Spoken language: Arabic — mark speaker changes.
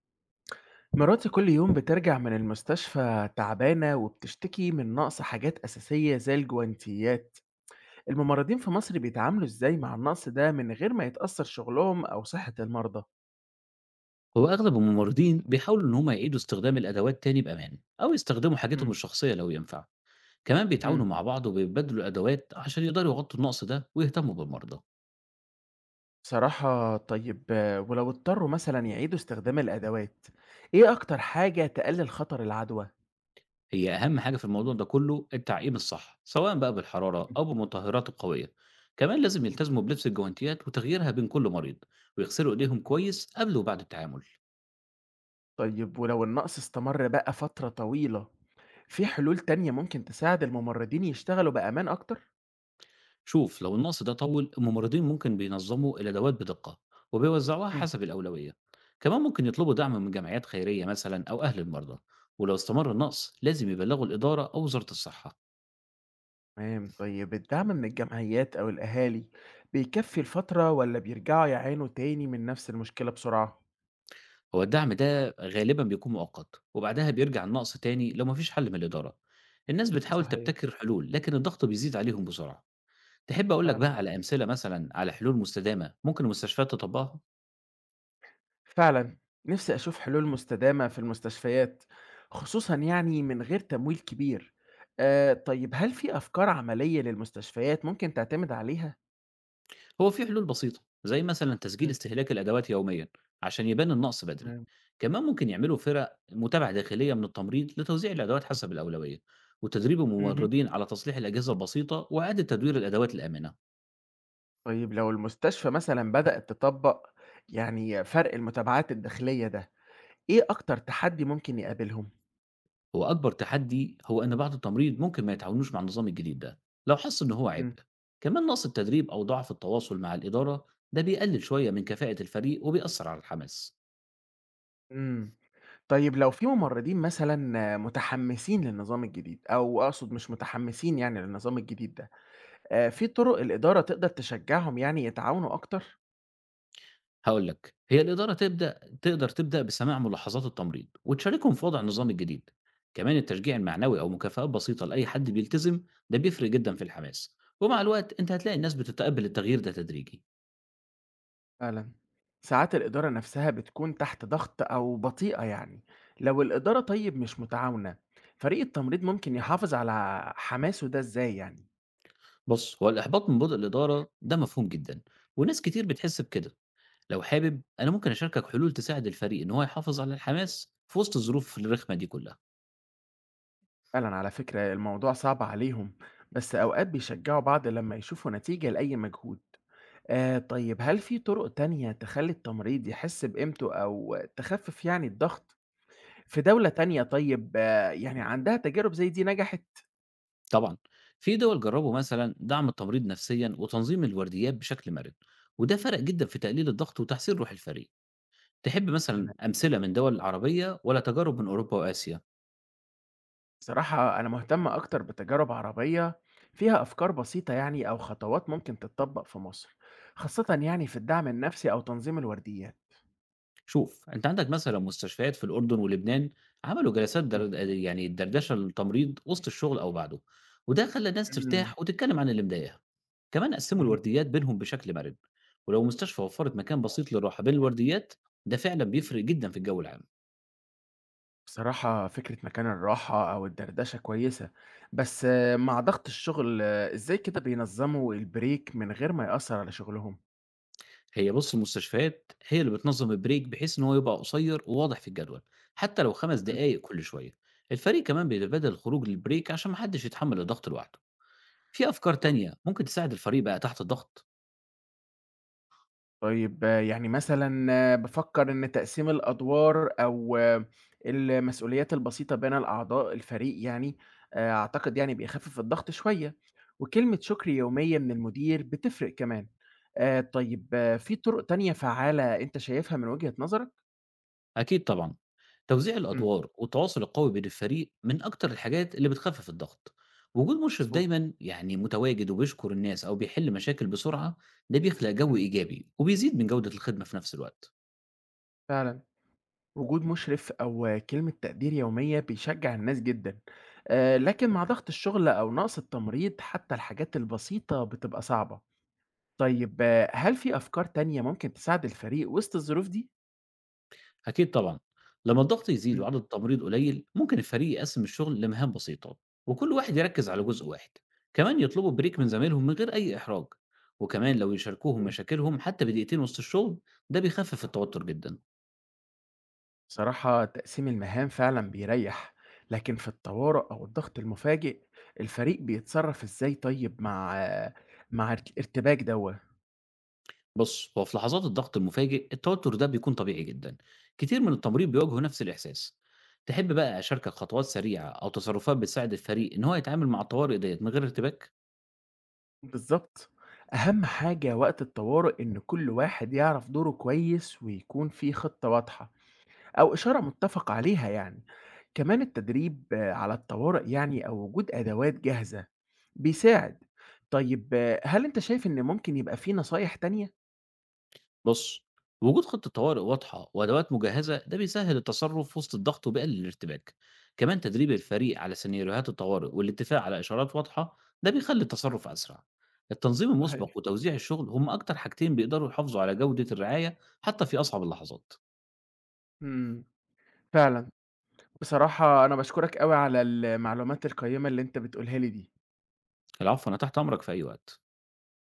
Speaker 1: مراتي كل يوم بترجع من المستشفى تعبانة وبتشتكي من نقص حاجات أساسية زي الجوانتيات. الممرضين في مصر بيتعاملوا إزاي مع النقص ده من غير ما يتأثر شغلهم أو صحة المرضى؟
Speaker 2: هو أغلب الممرضين بيحاولوا إن هم يعيدوا استخدام الأدوات تاني بأمان أو يستخدموا حاجتهم
Speaker 1: مم.
Speaker 2: الشخصية لو ينفع. كمان بيتعاونوا
Speaker 1: مم.
Speaker 2: مع بعض وبيبدلوا الأدوات عشان يقدروا يغطوا النقص ده ويهتموا بالمرضى.
Speaker 1: صراحة طيب، ولو اضطروا مثلا يعيدوا استخدام الأدوات، إيه أكتر حاجة تقلل خطر العدوى؟
Speaker 2: هي أهم حاجة في الموضوع ده كله التعقيم الصح، سواء بقى بالحرارة أو بالمطهرات القوية. كمان لازم يلتزموا بلبس الجوانتيات وتغييرها بين كل مريض، ويغسلوا إيديهم
Speaker 1: مم.
Speaker 2: كويس قبل وبعد التعامل.
Speaker 1: طيب ولو النقص استمر بقى فترة طويلة، في حلول تانية ممكن تساعد الممرضين يشتغلوا بأمان أكتر؟
Speaker 2: شوف، لو النقص ده طول، الممرضين ممكن بينظموا الادوات بدقه وبيوزعوها
Speaker 1: مم.
Speaker 2: حسب الاولويه. كمان ممكن يطلبوا دعم من جمعيات خيريه مثلا او اهل المرضى، ولو استمر النقص لازم يبلغوا الاداره او وزاره الصحه.
Speaker 1: تمام. طيب الدعم من الجمعيات أو الأهالي بيكفي الفترة ولا بيرجعوا يعانوا تاني من نفس المشكلة بسرعة؟
Speaker 2: هو الدعم ده غالبا بيكون مؤقت، وبعدها بيرجع النقص تاني لو مفيش حل من الاداره. الناس بتحاول
Speaker 1: صحيح.
Speaker 2: تبتكر حلول، لكن الضغط بيزيد عليهم بسرعه. تحب اقول لك بقى
Speaker 1: فعلا،
Speaker 2: على امثله مثلا على حلول مستدامه ممكن المستشفيات تطبقها؟
Speaker 1: فعلا. نفسي أشوف حلول مستدامة في المستشفيات، خصوصا يعني من غير تمويل كبير. طيب، هل في أفكار عملية للمستشفيات ممكن تعتمد عليها؟
Speaker 2: هو في حلول بسيطة، زي مثلا تسجيل
Speaker 1: مم.
Speaker 2: استهلاك الأدوات يوميا عشان يبان النقص بدري.
Speaker 1: تمام.
Speaker 2: كمان ممكن يعملوا فرق متابعة داخلية من التمريض لتوزيع الأدوات حسب الأولوية، وتدريب
Speaker 1: مهم.
Speaker 2: الممرضين على تصليح الأجهزة البسيطة وإعادة تدوير الأدوات الآمنة.
Speaker 1: طيب لو المستشفى مثلا بدأت تطبق يعني فرق المتابعات الداخلية ده، إيه أكتر تحدي ممكن يقابلهم؟
Speaker 2: هو أكبر تحدي هو إن بعض التمريض ممكن ما يتعاونوش مع النظام الجديد ده لو حس إن هو عبء. كمان نقص التدريب أو ضعف التواصل مع الإدارة، ده بيقلل شوية من كفاءة الفريق وبيأثر على الحماس.
Speaker 1: إمم. طيب لو في ممرّضين مثلًا متحمّسين للنظام الجديد، أو أقصد مش متحمّسين يعني للنظام الجديد ده، في طُرق الإدارة تقدر تشجّعهم يعني يتعاونوا أكتر؟
Speaker 2: هاقول لك، هي الإدارة تبدأ تقدر تبدأ بسماع ملاحظات التمريض، وتشاركهم في وضع النظام الجديد، كمان التشجيع المعنوي أو مكافآت بسيطة لأي حد بيلتزم. ده بيفرق جدًا في الحماس، ومع الوقت أنت هتلاقي الناس بتتقبل التغيير ده تدريجي.
Speaker 1: فعلًا. ساعات الإدارة نَفْسها بتكون تحت ضغط أو بطيئة يعني، لو الإدارة طيب مش متعاونة، فريق التمريض ممكن يحافظ على حماسه ده إزاي يعني؟
Speaker 2: بُص، هو الإحباط من بُطء الإدارة ده مفهوم جدًا، وناس كتير بتحس بكده. لو حابب أنا ممكن أشاركك حلول تساعد الفريق إن هو يحافظ على الحماس في وسط الظروف الرخمة دي كلها.
Speaker 1: فعلًا، على فكرة الموضوع صعب عليهم، بس أوقات بيشجّعوا بعض لمّا يشوفوا نتيجة لأي مجهود. طيب، هل في طُرق تانية تخلّي التمريض يحس بقيمته أو تخفِّف يعني الضغط في دولة تانية، طيب يعني عندها تجارب زي دي نجحت؟
Speaker 2: طبعا، في دول جربوا مثلا دعم التمريض نفسيا وتنظيم الورديات بشكل مرن، وده فرق جدا في تقليل الضغط وتحسين روح الفريق. تحب مثلا
Speaker 1: أنا
Speaker 2: امثله من دول عربيه ولا تجارب من اوروبا واسيا؟
Speaker 1: بصراحة أنا مهتم أكتر بتجارب عربية فيها أفكار بسيطة يعني أو خطوات ممكن تتطبّق في مصر، خاصةً يعني في الدعم النفسي أو تنظيم الورديات.
Speaker 2: شوف، انت عندك مثلا مستشفيات في الاردن ولبنان عملوا جلسات
Speaker 1: إمم.
Speaker 2: در... يعني دردشه للتمريض وسط الشغل او بعده، وده خلى الناس
Speaker 1: إمم.
Speaker 2: ترتاح وتتكلم عن اللي مضايقها. كمان قسموا
Speaker 1: اهم.
Speaker 2: الورديات بينهم بشكل مرن، ولو مستشفى وفرت مكان بسيط للراحه بين الورديات، ده فعلا بيفرق جدا في الجو العام.
Speaker 1: بصراحة فكرة مكان الراحة أو الدردشة كويسة، بس مع ضغط الشغل، إزاي كده بينظّموا الbreak من غير ما يأثّر على شغلهم؟
Speaker 2: هي بُص، المستشفيات هي اللي بتنظم البريك بحيث إن هو يبقى قصير وواضح في الجدول، حتى لو 5
Speaker 1: إمم.
Speaker 2: دقايق كل شوية. الفريق كمان بيتبادل الخروج للبريك عشان ما حدش يتحمل الضغط لوحده. في أفكار
Speaker 1: مضبوط.
Speaker 2: تانية ممكن تساعد الفريق بقى تحت الضغط؟
Speaker 1: طيب يعني مثلًا بافكّر إن تقسيم الأدوار أو المسؤوليات البسيطة بين الأعضاء الفريق يعني، أعتقد يعني بيخفِّف الضغط شوية، وكلمة شكر يومية من المدير بتفرق كمان. طيب، في طُرق تانية فعّالة أنت شايفها من وجهة نظرك؟
Speaker 2: أكيد طبعًا، توزيع
Speaker 1: إمم.
Speaker 2: الأدوار والتواصل القوي بين الفريق من أكتر الحاجات اللي بتخفف الضغط. وجود مشرف
Speaker 1: مضبوط.
Speaker 2: دايمًا يعني متواجد وبيشكر الناس أو بيحل مشاكل بسرعة، ده بيخلق جو
Speaker 1: إمم.
Speaker 2: إيجابي وبيزيد من جودة الخدمة في نفس الوقت.
Speaker 1: فعلًا. وجود مشرف أو كلمة تقدير يومية بيشجّع الناس جدًا، لكن مع ضغط الشغل أو نقص التمريض حتى الحاجات البسيطة بتبقى صعبة. طيب، هل في أفكار تانية ممكن تساعد الفريق وسط الظروف دي؟
Speaker 2: أكيد طبعًا، لمّا الضغط يزيد
Speaker 1: مم.
Speaker 2: وعدد التمريض قليل، ممكن الفريق يقسّم الشغل لمهام بسيطة وكل واحد يركّز على جزء واحد، كمان يطلبوا بريك من زمايلهم من غير أي إحراج، وكمان لو يشاركوهم
Speaker 1: صحيح.
Speaker 2: مشاكلهم حتى بدقيقتين وسط الشغل، ده بيخفف التوتر جدًا.
Speaker 1: صراحة تقسيم المهام فعلا بيريح، لكن في الطوارئ أو الضغط المفاجئ الفريق بيتصرف إزاي، طيب مع الارتباك دوت.
Speaker 2: بُص، هو في لحظات الضغط المفاجئ التوتر ده بيكون طبيعي جدًا، كتير من التمريض
Speaker 1: مم.
Speaker 2: بيواجهوا نفس الإحساس. تحب بقى أشاركك خطوات سريعة أو تصرفات بتساعد الفريق إن هو يتعامل مع الطوارئ ديّة من غير ارتباك؟
Speaker 1: بالظبط، أهم حاجة وقت الطوارئ إن كل واحد يعرف دوره كويس ويكون في خطة واضحة أو إشارة متّفق عليها يعني. كمان التدريب، على الطوارئ يعني أو وجود أدوات جاهزة بيساعد. طيب، هل أنت شايف إن ممكن يبقى في نصايح تانية؟
Speaker 2: بُص، وجود خطة طوارئ واضحة وأدوات مجهزة ده بيسهّل التصرُّف في وسط الضغط وبيقلل الارتباك، كمان تدريب الفريق على سيناريوهات الطوارئ والاتفاق على إشارات واضحة ده بيخلّي التصرُّف أسرع. التنظيم المُسبق
Speaker 1: صحيح.
Speaker 2: وتوزيع الشغل هم أكتر حاجتين بيقدروا يحافظوا على جودة الرعاية حتى في أصعب اللحظات.
Speaker 1: إمم. فعلًا. بصراحة أنا باشكرك أوي على المعلومات القيّمة اللي أنت بتقولها لي دي.
Speaker 2: العفو، أنا تحت أمرك في أي وقت.